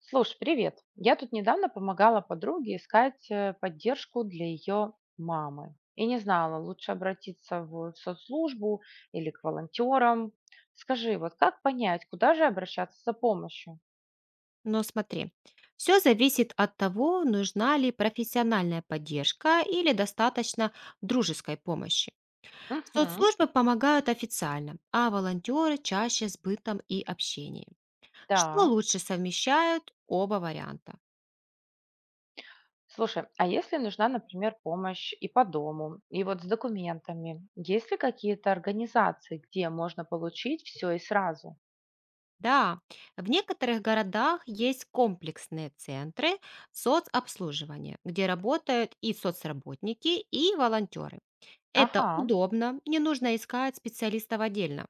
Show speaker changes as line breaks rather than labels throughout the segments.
Слушай, привет. Я тут недавно помогала подруге искать поддержку для ее мамы. И не знала, лучше обратиться в соцслужбу или к волонтерам. Скажи, вот как понять, куда же обращаться за помощью?
Но смотри, все зависит от того, нужна ли профессиональная поддержка или достаточно дружеской помощи.
Угу,
Соцслужбы помогают официально, а волонтеры чаще с бытом и общением. Что
да.
лучше совмещают оба варианта?
Слушай, а если нужна, например, помощь и по дому, и вот с документами, есть ли какие-то организации, где можно получить все и сразу?
Да, в некоторых городах есть комплексные центры соцобслуживания, где работают и соцработники, и волонтеры. Это
Ага,
удобно, не нужно искать специалистов отдельно.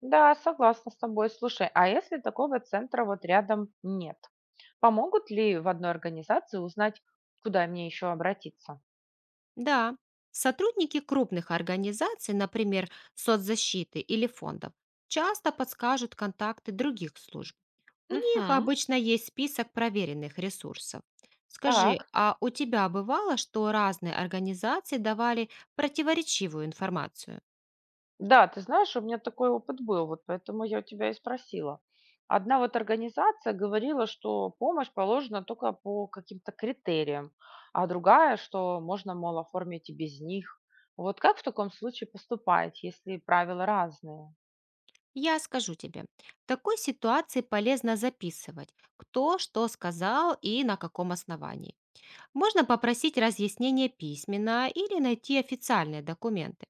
да, согласна с тобой. Слушай, а если такого центра вот рядом нет? Помогут ли в одной организации узнать, куда мне еще обратиться?
Да, сотрудники крупных организаций, например, соцзащиты или фондов, часто подскажут контакты других служб. У них
Угу.
обычно есть список проверенных ресурсов. Скажи,
Так,
а у тебя бывало, что разные организации давали противоречивую информацию?
да, ты знаешь, у меня такой опыт был, вот поэтому я у тебя и спросила. Одна вот организация говорила, что помощь положена только по каким-то критериям, а другая, что можно, мол, оформить и без них. Вот как в таком случае поступать, если правила разные?
Я скажу тебе, в такой ситуации полезно записывать, кто что сказал и на каком основании. Можно попросить разъяснение письменно или найти официальные документы.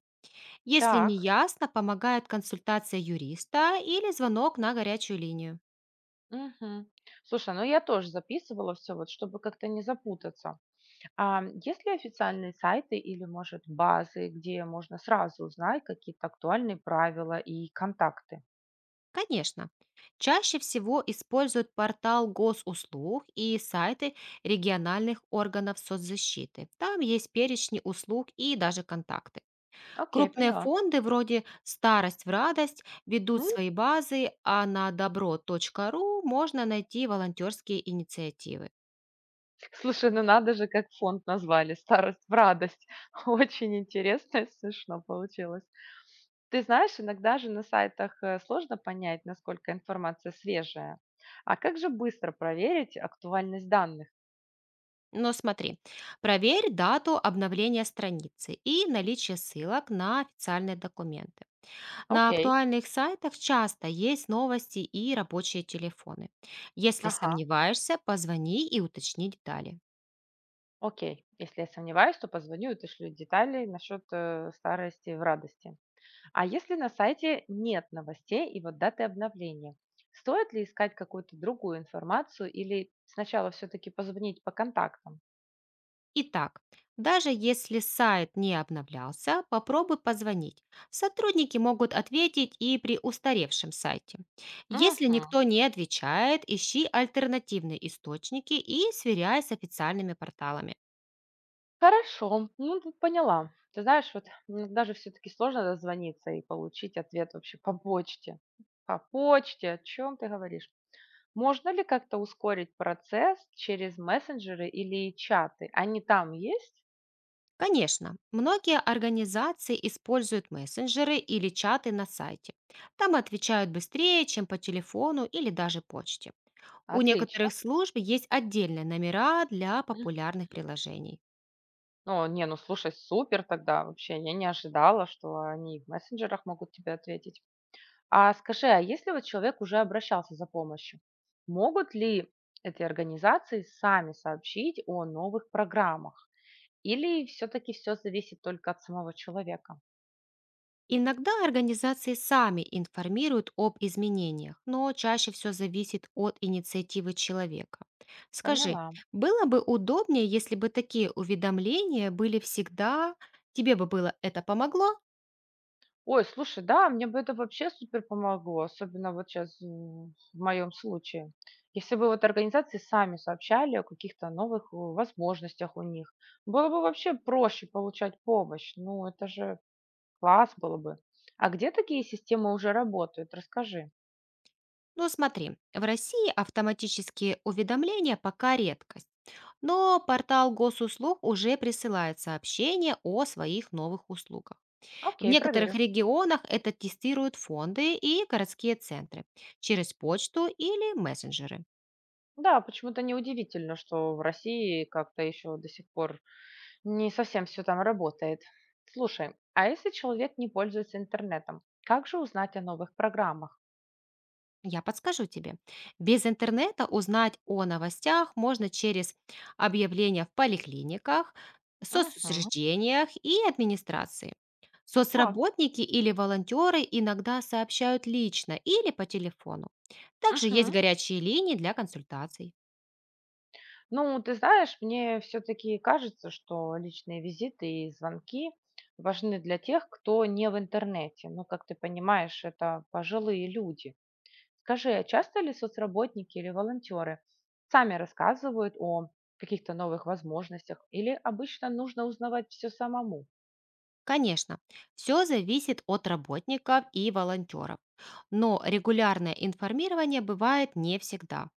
Если не
Так,
ясно, помогает консультация юриста или звонок на горячую линию.
угу. Слушай, ну я тоже записывала все, вот чтобы как-то не запутаться. А есть ли официальные сайты или, может, базы, где можно сразу узнать какие-то актуальные правила и контакты?
Конечно, чаще всего используют портал госуслуг и сайты региональных органов соцзащиты. Там есть перечни услуг и даже контакты.
Окей,
Крупные
поняла.
фонды вроде «Старость в радость» ведут
М,
свои базы, а на добро.ру можно найти волонтерские инициативы.
Слушай, ну надо же, как фонд назвали, старость в радость. Очень интересно и смешно получилось. Ты знаешь, иногда же на сайтах сложно понять, насколько информация свежая. А как же быстро проверить актуальность данных?
Но смотри, проверь дату обновления страницы и наличие ссылок на официальные документы. На
Окей.
актуальных сайтах часто есть новости и рабочие телефоны. Если
Ага,
сомневаешься, позвони и уточни детали.
окей. Если я сомневаюсь, то позвоню и уточню детали насчет старости в радости. А если на сайте нет новостей и вот даты обновления, стоит ли искать какую-то другую информацию или сначала все-таки позвонить по контактам?
Итак, даже если сайт не обновлялся, попробуй позвонить. Сотрудники могут ответить и при устаревшем сайте. Если
Мгм.
никто не отвечает, ищи альтернативные источники и сверяй с официальными порталами.
Хорошо, ну тут поняла. Ты знаешь, вот, даже все-таки сложно дозвониться и получить ответ вообще по почте. По почте, о чем ты говоришь? Можно ли как-то ускорить процесс через мессенджеры или чаты? Они там есть?
Конечно, многие организации используют мессенджеры или чаты на сайте. Там отвечают быстрее, чем по телефону или даже почте. У
Отлично.
некоторых служб есть отдельные номера для популярных приложений.
О, не, ну слушай, супер тогда. Вообще, я не ожидала, что они и в мессенджерах могут тебе ответить. А скажи, а если вот человек уже обращался за помощью, могут ли эти организации сами сообщить о новых программах? Или все-таки все зависит только от самого человека?
Иногда организации сами информируют об изменениях, но чаще все зависит от инициативы человека. Скажи,
Поняла.
было бы удобнее, если бы такие уведомления были всегда? Тебе бы было это помогло?
Ой, слушай, да, мне бы это вообще супер помогло, особенно вот сейчас в моем случае. Если бы вот организации сами сообщали о каких-то новых возможностях у них, было бы вообще проще получать помощь. Ну, это же класс было бы. А где такие системы уже работают? Расскажи.
Ну смотри, в России автоматические уведомления пока редкость, но портал госуслуг уже присылает сообщения о своих новых услугах. В
Окей,
некоторых
проверю.
регионах это тестируют фонды и городские центры через почту или мессенджеры.
Да, почему-то неудивительно, что в России как-то еще до сих пор не совсем все там работает. Слушай, а если человек не пользуется интернетом, как же узнать о новых программах?
Я подскажу тебе. Без интернета узнать о новостях можно через объявления в поликлиниках,
Мгм.
соцучреждениях и администрации.
Так.
Соцработники или волонтеры иногда сообщают лично или по телефону. Также есть
Мгм.
горячие линии для консультаций.
Ну, ты знаешь, мне все-таки кажется, что личные визиты и звонки важны для тех, кто не в интернете. Ну, как ты понимаешь, это пожилые люди. Скажи, а часто ли соцработники или волонтеры сами рассказывают о каких-то новых возможностях или обычно нужно узнавать все самому?
Конечно, все зависит от работников и волонтеров, но регулярное информирование бывает не всегда.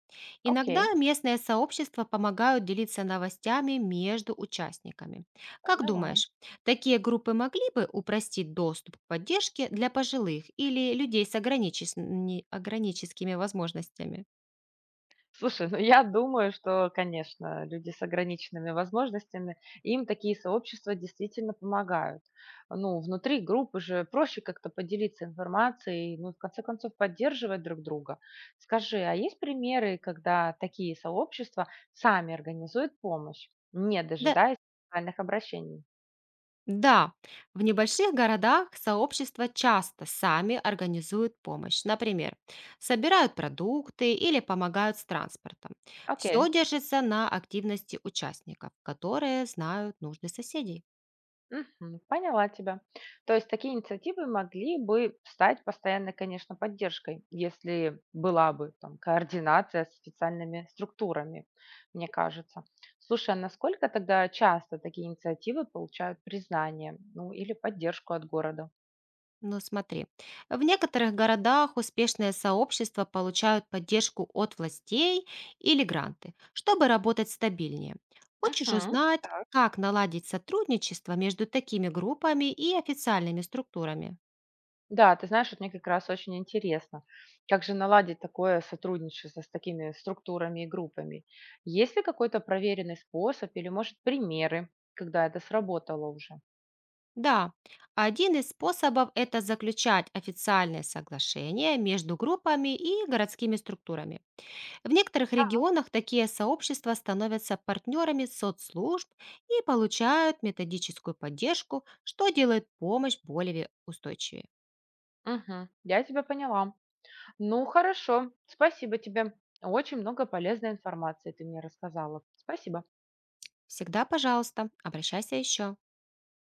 Иногда
Окей,
местные сообщества помогают делиться новостями между участниками. Как
поняла.
думаешь, такие группы могли бы упростить доступ к поддержке для пожилых или людей с ограниченными возможностями?
Слушай, ну я думаю, что, конечно, люди с ограниченными возможностями, им такие сообщества действительно помогают. Ну, внутри группы же проще как-то поделиться информацией, ну, в конце концов, поддерживать друг друга. Скажи, а есть примеры, когда такие сообщества сами организуют помощь, не
Да,
дожидаясь специальных обращений?
да, в небольших городах сообщества часто сами организуют помощь. Например, собирают продукты или помогают с транспортом.
Окей.
Все держится на активности участников, которые знают нужды соседей.
Мгм. Поняла тебя. То есть такие инициативы могли бы стать постоянной, конечно, поддержкой, если была бы там координация с официальными структурами, мне кажется. Слушай, а насколько тогда часто такие инициативы получают признание, ну или поддержку от города?
Но смотри, в некоторых городах успешные сообщества получают поддержку от властей или гранты, чтобы работать стабильнее. Хочешь
Мгм.
узнать, как наладить сотрудничество между такими группами и официальными структурами?
Да, ты знаешь, вот мне как раз очень интересно, как же наладить такое сотрудничество с такими структурами и группами. Есть ли какой-то проверенный способ или, может, примеры, когда это сработало уже?
Да, один из способов– это заключать официальные соглашения между группами и городскими структурами. В некоторых регионах такие сообщества становятся партнерами соцслужб и получают методическую поддержку, что делает помощь более устойчивее.
Угу, я тебя поняла. Ну, хорошо, спасибо тебе. Очень много полезной информации ты мне рассказала. Спасибо.
Всегда, пожалуйста, обращайся еще.